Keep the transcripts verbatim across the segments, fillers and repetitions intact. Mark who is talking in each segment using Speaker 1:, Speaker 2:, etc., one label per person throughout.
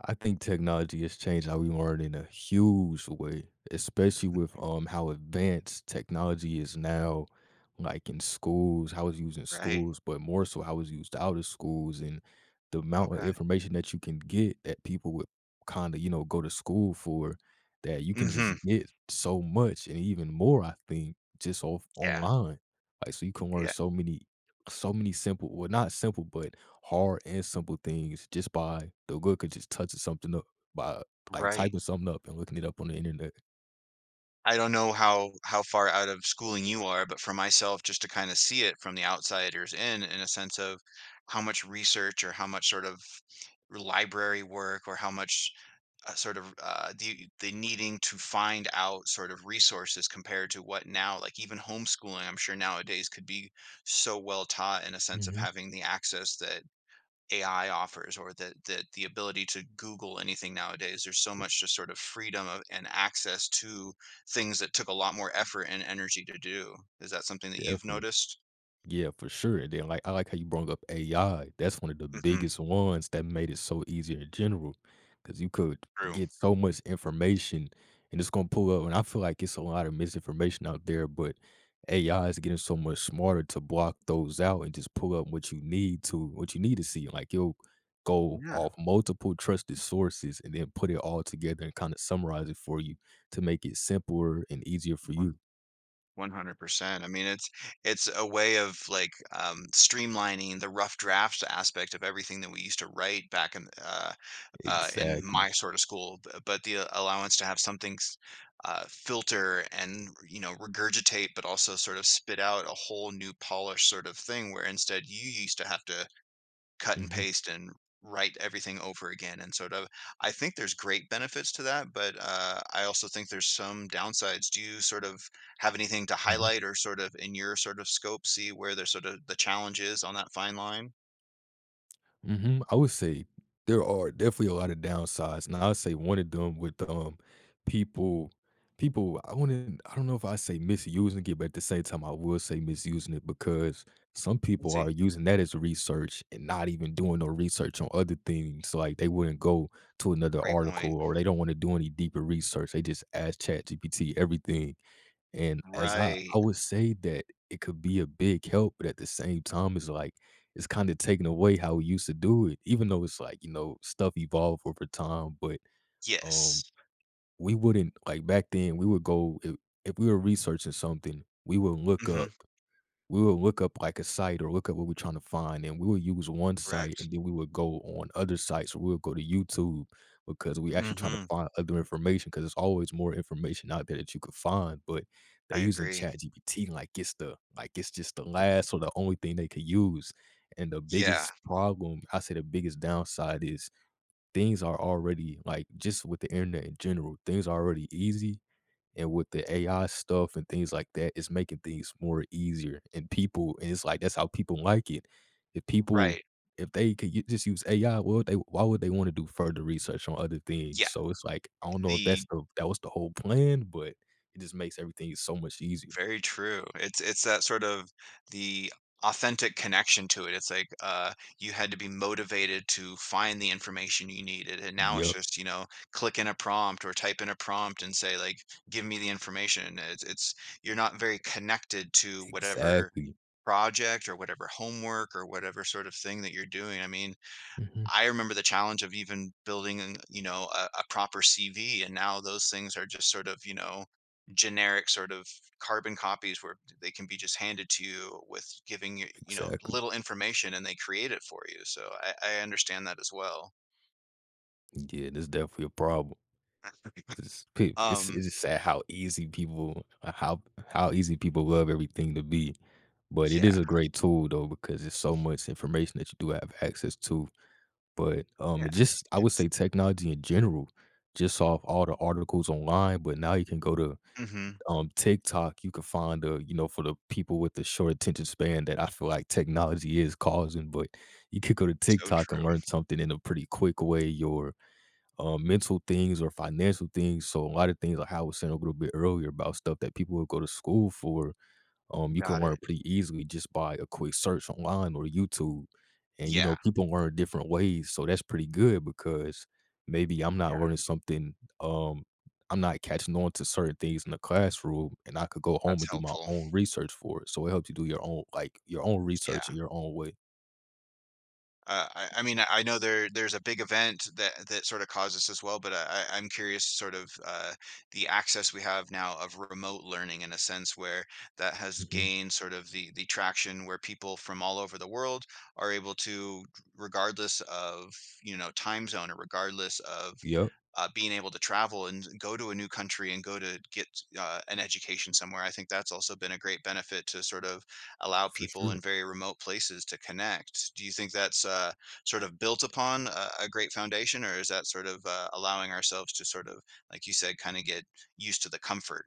Speaker 1: I think technology has changed how we learn in a huge way, especially with um how advanced technology is now, like in schools, how it's used in
Speaker 2: Right.
Speaker 1: schools, but more so how it's used out of schools and the amount of
Speaker 2: Okay.
Speaker 1: information that you can get that people would kind of, you know, go to school for that you can just
Speaker 2: Mhm.
Speaker 1: get so much and even more, I think, just off
Speaker 2: Yeah.
Speaker 1: online. Like so you can learn
Speaker 2: Yeah.
Speaker 1: so many so many simple well not simple, but hard and simple things just by the look of just touching something up by like
Speaker 2: Right.
Speaker 1: typing something up and looking it up on the internet.
Speaker 2: I don't know how how far out of schooling you are, but for myself, just to kind of see it from the outsiders in, in a sense of how much research or how much sort of library work or how much uh, sort of uh, the the needing to find out sort of resources compared to what now, like even homeschooling, I'm sure nowadays could be so well taught in a sense of
Speaker 1: Mhm.
Speaker 2: having the access that A I offers or the the the ability to Google anything nowadays. There's so much just sort of freedom of, and access to things that took a lot more effort and energy to do. Is that something that you've
Speaker 1: Definitely.
Speaker 2: noticed?
Speaker 1: Yeah, for sure. And then like I like how you brought up A I. That's one of the
Speaker 2: Mhm.
Speaker 1: biggest ones that made it so easy in general. Cause you could
Speaker 2: True.
Speaker 1: get so much information and it's gonna pull up. And I feel like it's a lot of misinformation out there, but A I is getting so much smarter to block those out and just pull up what you need to what you need to see. Like you'll go
Speaker 2: Yeah.
Speaker 1: off multiple trusted sources and then put it all together and kind of summarize it for you to make it simpler and easier for you.
Speaker 2: one hundred percent. I mean, it's it's a way of like um, streamlining the rough drafts aspect of everything that we used to write back in uh, uh, in
Speaker 1: Exactly.
Speaker 2: my sort of school, b- but the allowance to have something s- uh, filter and you know regurgitate, but also sort of spit out a whole new polished sort of thing, where instead you used to have to cut and
Speaker 1: Mhm,
Speaker 2: paste and write everything over again and sort of I think there's great benefits to that, but, uh, I also think there's some downsides. Do you sort of have anything to
Speaker 1: mhm.
Speaker 2: highlight or sort of in your sort of scope see where there's sort of the challenge is on that fine line?
Speaker 1: Mhm, I would say there are definitely a lot of downsides, and I would say one of them with, um, people people I wouldn't I don't know if I say misusing it, but at the same time, I will say misusing it because some
Speaker 2: Let's
Speaker 1: people
Speaker 2: see.
Speaker 1: are using that as research and not even doing no research on other things. So, like, they wouldn't go to another
Speaker 2: Great point.
Speaker 1: article or they don't wanna do any deeper research, they just ask ChatGPT everything. And as I
Speaker 2: Right.
Speaker 1: I would say that it could be a big help, but at the same time, it's like it's kinda taken away how we used to do it, even though it's like, you know, stuff evolved over time, but,
Speaker 2: Yes.
Speaker 1: um, we wouldn't like, back then, we would go if if we were researching something, we would look
Speaker 2: Mhm.
Speaker 1: up we will look up like a site or look up what we're trying to find, and we will use one site
Speaker 2: Correct.
Speaker 1: and then we would go on other sites. We'll go to YouTube because we actually trying to
Speaker 2: Mhm.
Speaker 1: find other information because there's always more information out there that you could find. But
Speaker 2: I
Speaker 1: they're using
Speaker 2: agree.
Speaker 1: ChatGPT like it's the like it's just the last or the only thing they could use. And the
Speaker 2: Yeah.
Speaker 1: biggest problem, I say the biggest downside is things are already like just with the internet in general, things are already easy, and with the A I stuff and things like that, it's making things more easier. And people, and it's like that's how people like it. If people,
Speaker 2: Right.
Speaker 1: if they could u- just use A I, well, they why would they want to do further research on other things?
Speaker 2: Yeah.
Speaker 1: So it's like I don't know if that's
Speaker 2: The
Speaker 1: the that was the whole plan, but it just makes everything so much easier.
Speaker 2: Very true. It's it's that sort of the authentic connection to it. It's like uh, you had to be motivated to find the information you needed, and now it's
Speaker 1: Yeah,
Speaker 2: just you know click in a prompt or type in a prompt and say like give me the information. It's, it's you're not very connected to whatever
Speaker 1: exactly,
Speaker 2: project or whatever homework or whatever sort of thing that you're doing. I mean,
Speaker 1: hmm
Speaker 2: I remember the challenge of even building, an- you know, a, a proper C V, and now those things are just sort of, you know, generic sort of carbon copies where they can be just handed to you with giving you, you know,
Speaker 1: exactly.
Speaker 2: little information, and they create it for you. So I, I understand that as well.
Speaker 1: Yeah, that's definitely a problem. 'Cause pe it's
Speaker 2: Um,
Speaker 1: it's just sad how easy people uh, how how easy people love everything to be. But it
Speaker 2: yeah,
Speaker 1: is a great tool though because it's so much information that you do have access to. But, um, it
Speaker 2: yeah,
Speaker 1: just I would
Speaker 2: it's
Speaker 1: say technology in general, just off all the articles online, but now you can go to,
Speaker 2: mhm,
Speaker 1: um, TikTok, you can find, a you know, for the people with the short attention span that I feel like technology is causing, but you could go to
Speaker 2: so
Speaker 1: TikTok and
Speaker 2: true.
Speaker 1: learn something in a pretty quick way or um, mental things or financial things. So a lot of things like how I was saying a little bit earlier about stuff that people would go to school for, um, you can
Speaker 2: Got
Speaker 1: learn
Speaker 2: it.
Speaker 1: pretty easily just by a quick search online or YouTube. And you
Speaker 2: Yeah,
Speaker 1: know, people learn different ways, so that's pretty good because maybe I'm not
Speaker 2: yeah,
Speaker 1: learning something, um, I'm not catching on to certain things in the classroom, and I could go home
Speaker 2: that's
Speaker 1: and do my
Speaker 2: helpful.
Speaker 1: own research for it. So it helps you do your own like your own research
Speaker 2: Yeah.
Speaker 1: in your own way.
Speaker 2: Uh, I I mean, I I know there there's a big event that that sort of caused this as well, but I I- I'm curious sort of uh, the access we have now of remote learning in a sense where that has
Speaker 1: hmm
Speaker 2: gained sort of the the traction where people from all over the world are able to, regardless of, you know, time zone or regardless of
Speaker 1: Yep,
Speaker 2: uh, being able to travel and go to a new country and go to get uh, an education somewhere. I think that's also been a great benefit to sort of allow
Speaker 1: for
Speaker 2: people in
Speaker 1: sure.
Speaker 2: very remote places to connect. Do you think that's uh, sort of built upon a, a great foundation, or is that sort of uh, allowing ourselves to sort of, like you said, kind of get used to the comfort?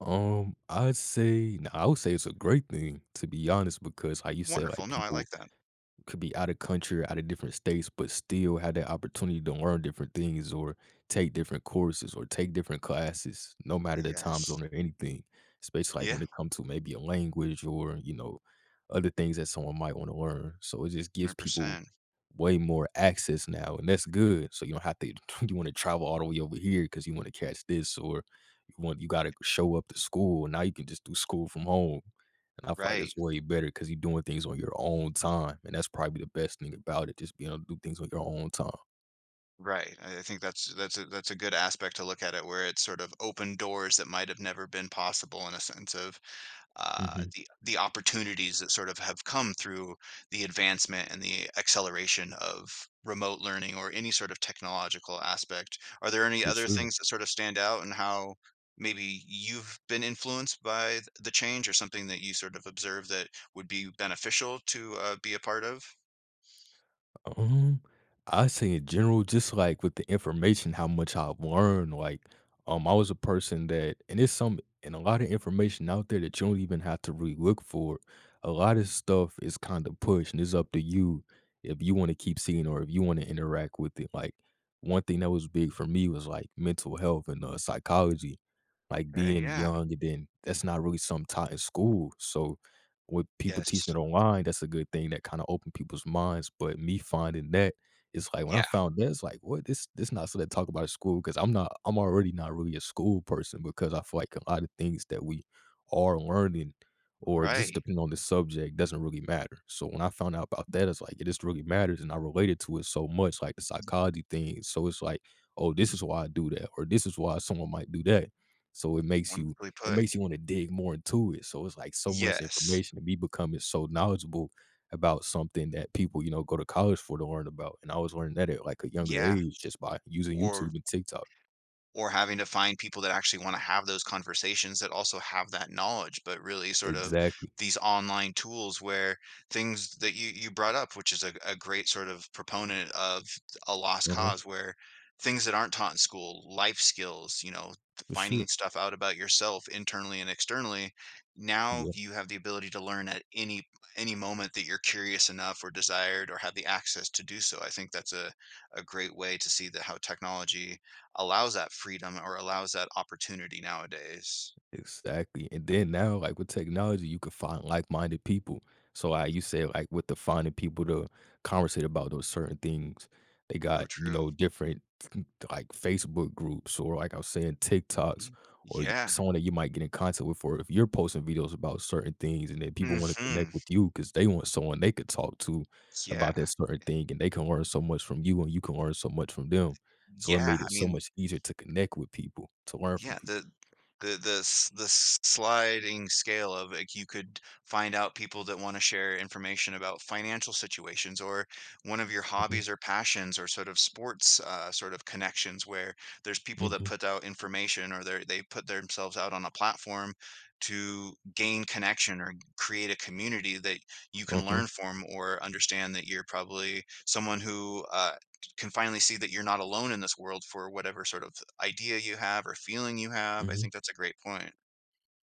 Speaker 1: Um, I'd say no, I would say it's a great thing, to be honest, because how you said,
Speaker 2: Wonderful.
Speaker 1: like,
Speaker 2: No, I
Speaker 1: people
Speaker 2: like that.
Speaker 1: could be out of country or out of different states, but still have that opportunity to learn different things or take different courses or take different classes, no matter the time
Speaker 2: Yes.
Speaker 1: zone or anything. Especially like
Speaker 2: Yeah.
Speaker 1: when it comes to maybe a language or, you know, other things that someone might want to learn. So it just gives
Speaker 2: Hundred
Speaker 1: people
Speaker 2: percent.
Speaker 1: way more access now. And that's good. So you don't have to you want to travel all the way over here because you want to catch this or you want you gotta show up to school. Now you can just do school from home. And I feel like
Speaker 2: Right.
Speaker 1: that's way better because 'cause you're doing things on your own time, and that's probably the best thing about it, just being able to do things on your own time.
Speaker 2: Right. I I think that's that's a, that's a good aspect to look at it, where it's sort of open doors that might have never been possible in a sense of uh,
Speaker 1: Mhm.
Speaker 2: the the opportunities that sort of have come through the advancement and the acceleration of remote learning or any sort of technological aspect. Are there any
Speaker 1: For
Speaker 2: other
Speaker 1: sure.
Speaker 2: things that sort of stand out and how maybe you've been influenced by th- the change or something that you sort of observe that would be beneficial to uh, be a part of?
Speaker 1: Um, I say in general, just like with the information, how much I've learned. Like, um, I was a person that, and it's some, and a lot of information out there that you don't even have to really look for. A lot of stuff is kind of pushed, and it's up to you if you want to keep seeing or if you want to interact with it. Like, one thing that was big for me was like mental health and uh, psychology, like
Speaker 2: Okay,
Speaker 1: being
Speaker 2: yeah.
Speaker 1: young, and then that's not really some taught in school. So with people
Speaker 2: Yes.
Speaker 1: teaching it online, that's a good thing that kinda opened people's minds, but me finding that, it's like when I
Speaker 2: Yeah.
Speaker 1: found that, it's like, "What? This this not something to talk about at school because 'cause I'm not I'm already not really a school person because I feel like a lot of things that we are learning or just
Speaker 2: Right.
Speaker 1: depending on the subject doesn't really matter. So when I found out about that, it's like, it just really matters and I related to it so much, like the psychology thing. So it's like, "Oh, this is why I do that," or "This is why someone might do that." So it makes you
Speaker 2: Wonderfully
Speaker 1: it
Speaker 2: put.
Speaker 1: makes you wanna dig more into it. So it's like so much
Speaker 2: Yes.
Speaker 1: information and me becoming so knowledgeable about something that people, you know, go to college for to learn about. And I was learning that at like a younger
Speaker 2: Yeah.
Speaker 1: age just by using
Speaker 2: Or
Speaker 1: YouTube and TikTok.
Speaker 2: or having to find people that actually want to have those conversations that also have that knowledge but really sort of
Speaker 1: Exactly.
Speaker 2: these online tools where things that you you brought up which is a, a great sort of proponent of a lost
Speaker 1: Uh-huh.
Speaker 2: cause where things that aren't taught in school life skills you know
Speaker 1: For
Speaker 2: finding
Speaker 1: sure.
Speaker 2: stuff out about yourself internally and externally now you have the ability to learn at any any moment that you're curious enough or desired or have the access to do so I think that's a a great way to see that how technology allows that freedom or allows that opportunity nowadays.
Speaker 1: Exactly, and then now, like, with technology, you could find like-minded people. So, I, you said, like, with the finding people to conversate about those certain things, they
Speaker 2: So
Speaker 1: got, you
Speaker 2: true.
Speaker 1: know, different, like, Facebook groups or, like I was saying, TikToks
Speaker 2: Y
Speaker 1: or you
Speaker 2: Yeah.
Speaker 1: someone that you might get in contact with or if you're posting videos about certain things and then people wanna
Speaker 2: Mhm.
Speaker 1: connect with you because they want someone they could talk to about
Speaker 2: Yeah.
Speaker 1: that certain thing, and they can learn so much from you, and you can learn so much from them. So, it
Speaker 2: Yeah.
Speaker 1: made
Speaker 2: I
Speaker 1: it so
Speaker 2: mean,
Speaker 1: much easier to connect with people, to learn from
Speaker 2: Yeah,
Speaker 1: people.
Speaker 2: the the the s the sliding scale of, like, you could find out people that wanna share information about financial situations or one of your
Speaker 1: Mhm,
Speaker 2: hobbies or passions or sort of sports, uh, sort of connections where there's people that
Speaker 1: mhm.
Speaker 2: put out information or they they put themselves out on a platform to gain connection or create a community that you
Speaker 1: Uh
Speaker 2: can learn
Speaker 1: Mhm,
Speaker 2: from or understand that you're probably someone who, uh can finally see that you're not alone in this world for whatever sort of idea you have or feeling you have. I
Speaker 1: mhm.
Speaker 2: think that's a great point.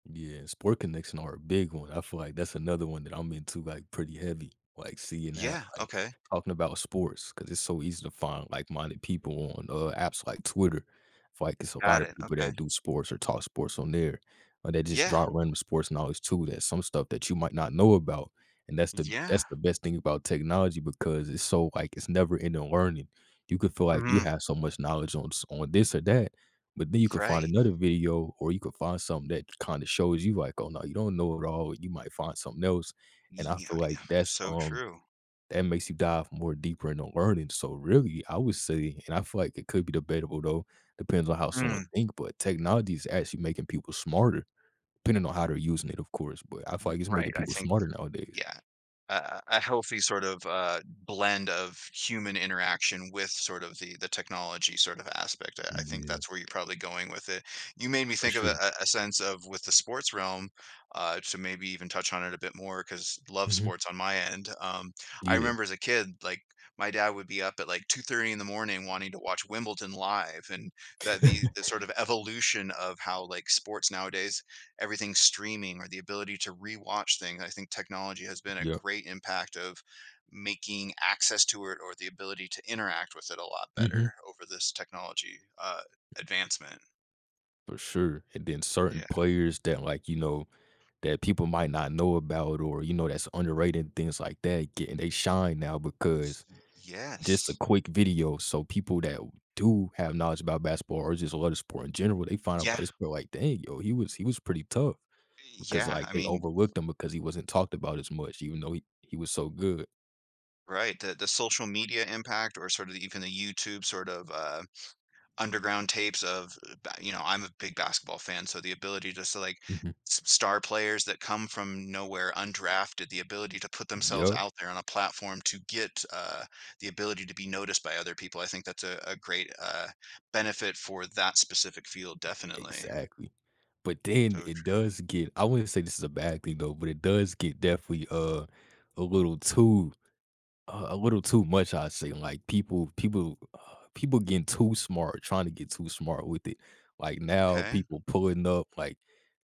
Speaker 1: Yeah, and sport connection are a big one. I feel like that's another one that I'm into, like, pretty heavy, like, seeing how
Speaker 2: Yeah.
Speaker 1: like,
Speaker 2: Okay.
Speaker 1: talking about sports because it's so easy to find like-minded people on, uh, apps like Twitter. I feel like it's a
Speaker 2: Got
Speaker 1: lot of
Speaker 2: it.
Speaker 1: people
Speaker 2: Okay.
Speaker 1: that do sports or talk sports on there, or that just
Speaker 2: Yeah.
Speaker 1: drop random sports knowledge too, that's some stuff that you might not know about, and that's the
Speaker 2: Yeah.
Speaker 1: that's the best thing about technology because it's so like, it's never ending learning. You could feel like you
Speaker 2: hmm
Speaker 1: have so much knowledge on s on this or that. But then you could find
Speaker 2: Right.
Speaker 1: another video or you could find something that kinda shows you like, "Oh, no, you don't know it all." You might find something else, and I
Speaker 2: Yeah.
Speaker 1: feel like
Speaker 2: yeah,
Speaker 1: that's,
Speaker 2: So
Speaker 1: um
Speaker 2: true.
Speaker 1: that makes you dive more deeper into learning, so really, I would say and I feel like it could be debatable though, depends on how someone
Speaker 2: Mm,
Speaker 1: think, but technology is actually making people smarter, depending on how they're using it, of course, but I feel like it's
Speaker 2: right.
Speaker 1: making
Speaker 2: I
Speaker 1: people
Speaker 2: think
Speaker 1: smarter nowadays.
Speaker 2: Yeah. A a a healthy sort of, uh, blend of human interaction with sort of the the technology sort of aspect. I I think
Speaker 1: Yeah,
Speaker 2: that's where you're probably going with it. You made me
Speaker 1: for
Speaker 2: think of a
Speaker 1: sure.
Speaker 2: a a sense of with the sports realm, uh, to maybe even touch on it a bit more because love
Speaker 1: Mhm.
Speaker 2: sports on my end. Um, I
Speaker 1: Yeah.
Speaker 2: remember as a kid, like, my dad would be up at, like, two thirty in the morning wanting to watch Wimbledon live and that the the sort of evolution of how, like, sports nowadays everything streaming or the ability to rewatch things. I think technology has been a
Speaker 1: Yeah.
Speaker 2: great impact of making access to it or the ability to interact with it a lot
Speaker 1: Mhm.
Speaker 2: better over this technology uh, advancement.
Speaker 1: For sure, and then certain
Speaker 2: Yeah.
Speaker 1: players that, like, you know that people might not know about or, you know, that's underrated and things like that getting they shine now because
Speaker 2: Y-
Speaker 1: just a
Speaker 2: Yes.
Speaker 1: quick video. So people that do have knowledge about basketball or just love the sport in general, they find out about
Speaker 2: Yeah.
Speaker 1: this sport like, dang, yo, he was he was pretty tough because
Speaker 2: Yeah.
Speaker 1: like
Speaker 2: I
Speaker 1: they
Speaker 2: mean,
Speaker 1: overlooked him because he wasn't talked about as much, even though he, he was so good.
Speaker 2: right. The the social media impact or sort of even the YouTube sort of uh, underground tapes of ba- you know I'm a big basketball fan so the ability just to so, like
Speaker 1: Mhm.
Speaker 2: s- star players that come from nowhere undrafted the ability to put themselves
Speaker 1: Yep,
Speaker 2: out there on a platform to get uh, the ability to be noticed by other people I think that's a, a great uh, benefit for that specific field definitely
Speaker 1: exactly. But then
Speaker 2: so
Speaker 1: it
Speaker 2: tr-
Speaker 1: does get I wouldn't say this is a bad thing though, but it does get definitely uh a little too Uh, a little too much, I'd say, like, people people, uh, people getting too smart, trying to get too smart with it. Like, now
Speaker 2: okay
Speaker 1: people pulling up, like,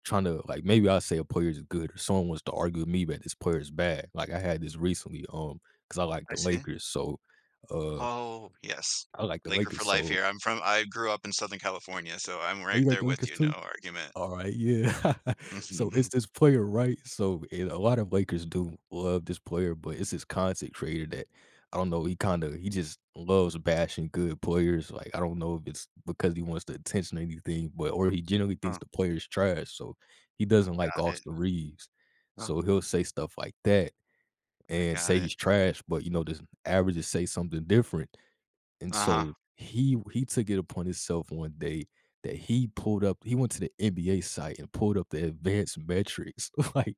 Speaker 1: trying to like, maybe I say a player is good or someone wants to argue with me that this player is bad. Like, I had this recently, um, because I like
Speaker 2: I
Speaker 1: the
Speaker 2: see
Speaker 1: Lakers, so, uh
Speaker 2: oh yes
Speaker 1: I like the
Speaker 2: laker for
Speaker 1: Lakers,
Speaker 2: life
Speaker 1: so
Speaker 2: here I'm from I grew up in southern california so I'm
Speaker 1: Oh,
Speaker 2: right
Speaker 1: you like
Speaker 2: there
Speaker 1: the
Speaker 2: with
Speaker 1: Lakers
Speaker 2: you no
Speaker 1: too?
Speaker 2: argument
Speaker 1: Alright, yeah. So, it's
Speaker 2: oh
Speaker 1: this player, right? So, and a lot of Lakers do love this player, but it's this content creator that I don't know, he kinda he just loves bashing good players, like, I don't know if it's because he wants the attention or anything, but or he generally thinks the player is trash, so he doesn't like
Speaker 2: got it
Speaker 1: Austin Reeves. So,
Speaker 2: oh,
Speaker 1: he'll say stuff like that
Speaker 2: I
Speaker 1: and
Speaker 2: got
Speaker 1: say
Speaker 2: it
Speaker 1: he's trash, but, you know, the averages say something different. And
Speaker 2: uh-huh
Speaker 1: so he he took it upon himself one day that he pulled up he went to the N B A site and pulled up the advanced metrics, like,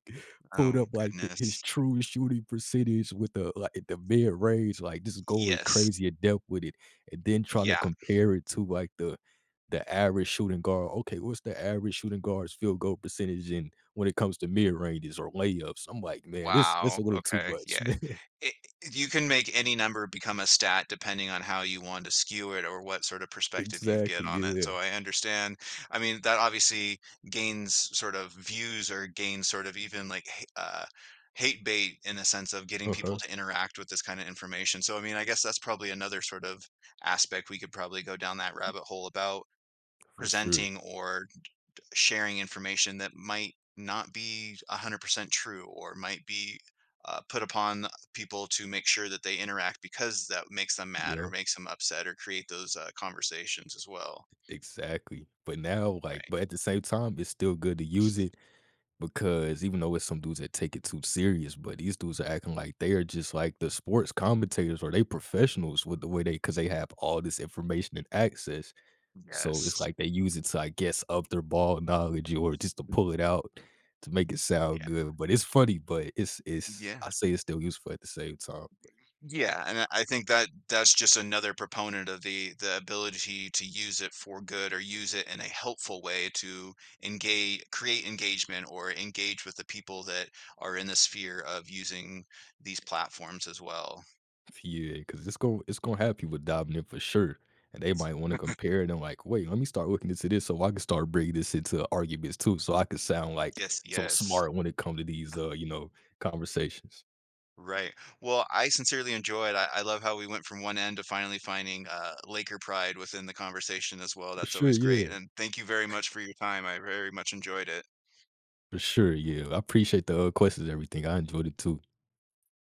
Speaker 1: pulled
Speaker 2: Oh,
Speaker 1: up, like, the his
Speaker 2: goodness.
Speaker 1: true shooting percentage with the, like, the mid-range, like, just going
Speaker 2: Yes.
Speaker 1: crazy in depth with it, and then trying to
Speaker 2: Yeah.
Speaker 1: compare it to, like, the the average shooting guard. Okay, what's the average shooting guard's field goal percentage in when it comes to mid-ranges or layups? I'm like, "Man, this this
Speaker 2: Wow.
Speaker 1: a little too
Speaker 2: Okay.
Speaker 1: much,
Speaker 2: Yeah.
Speaker 1: man."
Speaker 2: It, you can make any number become a stat depending on how you want to skew it or what sort of perspective you get
Speaker 1: Exactly,
Speaker 2: on it.
Speaker 1: yeah.
Speaker 2: So I understand. I mean, that obviously gains sort of views or gains sort of even like h- uh, hate bait in the sense of getting people
Speaker 1: Uh-huh.
Speaker 2: to interact with this kind of information. So, I mean, I guess that's probably another sort of aspect we could probably go down that rabbit hole about
Speaker 1: For sure.
Speaker 2: presenting or sharing information that might not be one hundred percent true or might be uh, put upon people to make sure that they interact because that makes them mad or
Speaker 1: Yeah.
Speaker 2: makes them upset or create those uh, conversations as well.
Speaker 1: Exactly. But now, like,
Speaker 2: Right.
Speaker 1: but at the same time, it's still good to use it because even though it's some dudes that take it too serious, but these dudes are acting like they are just like the sports commentators or they professionals with the way they because they have all this information and access. So it's
Speaker 2: Yes.
Speaker 1: like they use it to, I guess, up their ball knowledge or just to pull it out to make it sound
Speaker 2: Yeah.
Speaker 1: good. But it's funny, but it's it's
Speaker 2: Yeah.
Speaker 1: I say it's still useful at the same time.
Speaker 2: Yeah, and I I think that that's just another proponent of the the ability to use it for good or use it in a helpful way to engage, create engagement or engage with the people that are in the sphere of using these platforms as well.
Speaker 1: Yeah, because it's gonna it's gonna have people diving in for sure, and they might want to compare it. And like, wait, let me start looking into this, so I can start bringing this into arguments too, so I can sound like
Speaker 2: Yes,
Speaker 1: so
Speaker 2: yes.
Speaker 1: smart when it comes to these, uh, you know, conversations.
Speaker 2: Right. Well, I sincerely enjoyed. I, I love how we went from one end to finally finding uh, Laker pride within the conversation as well.
Speaker 1: For
Speaker 2: That's
Speaker 1: sure,
Speaker 2: always great.
Speaker 1: yeah,
Speaker 2: And thank you very much for your time. I very much enjoyed it.
Speaker 1: for sure, yeah. I appreciate the uh, questions, and everything. I enjoyed it too.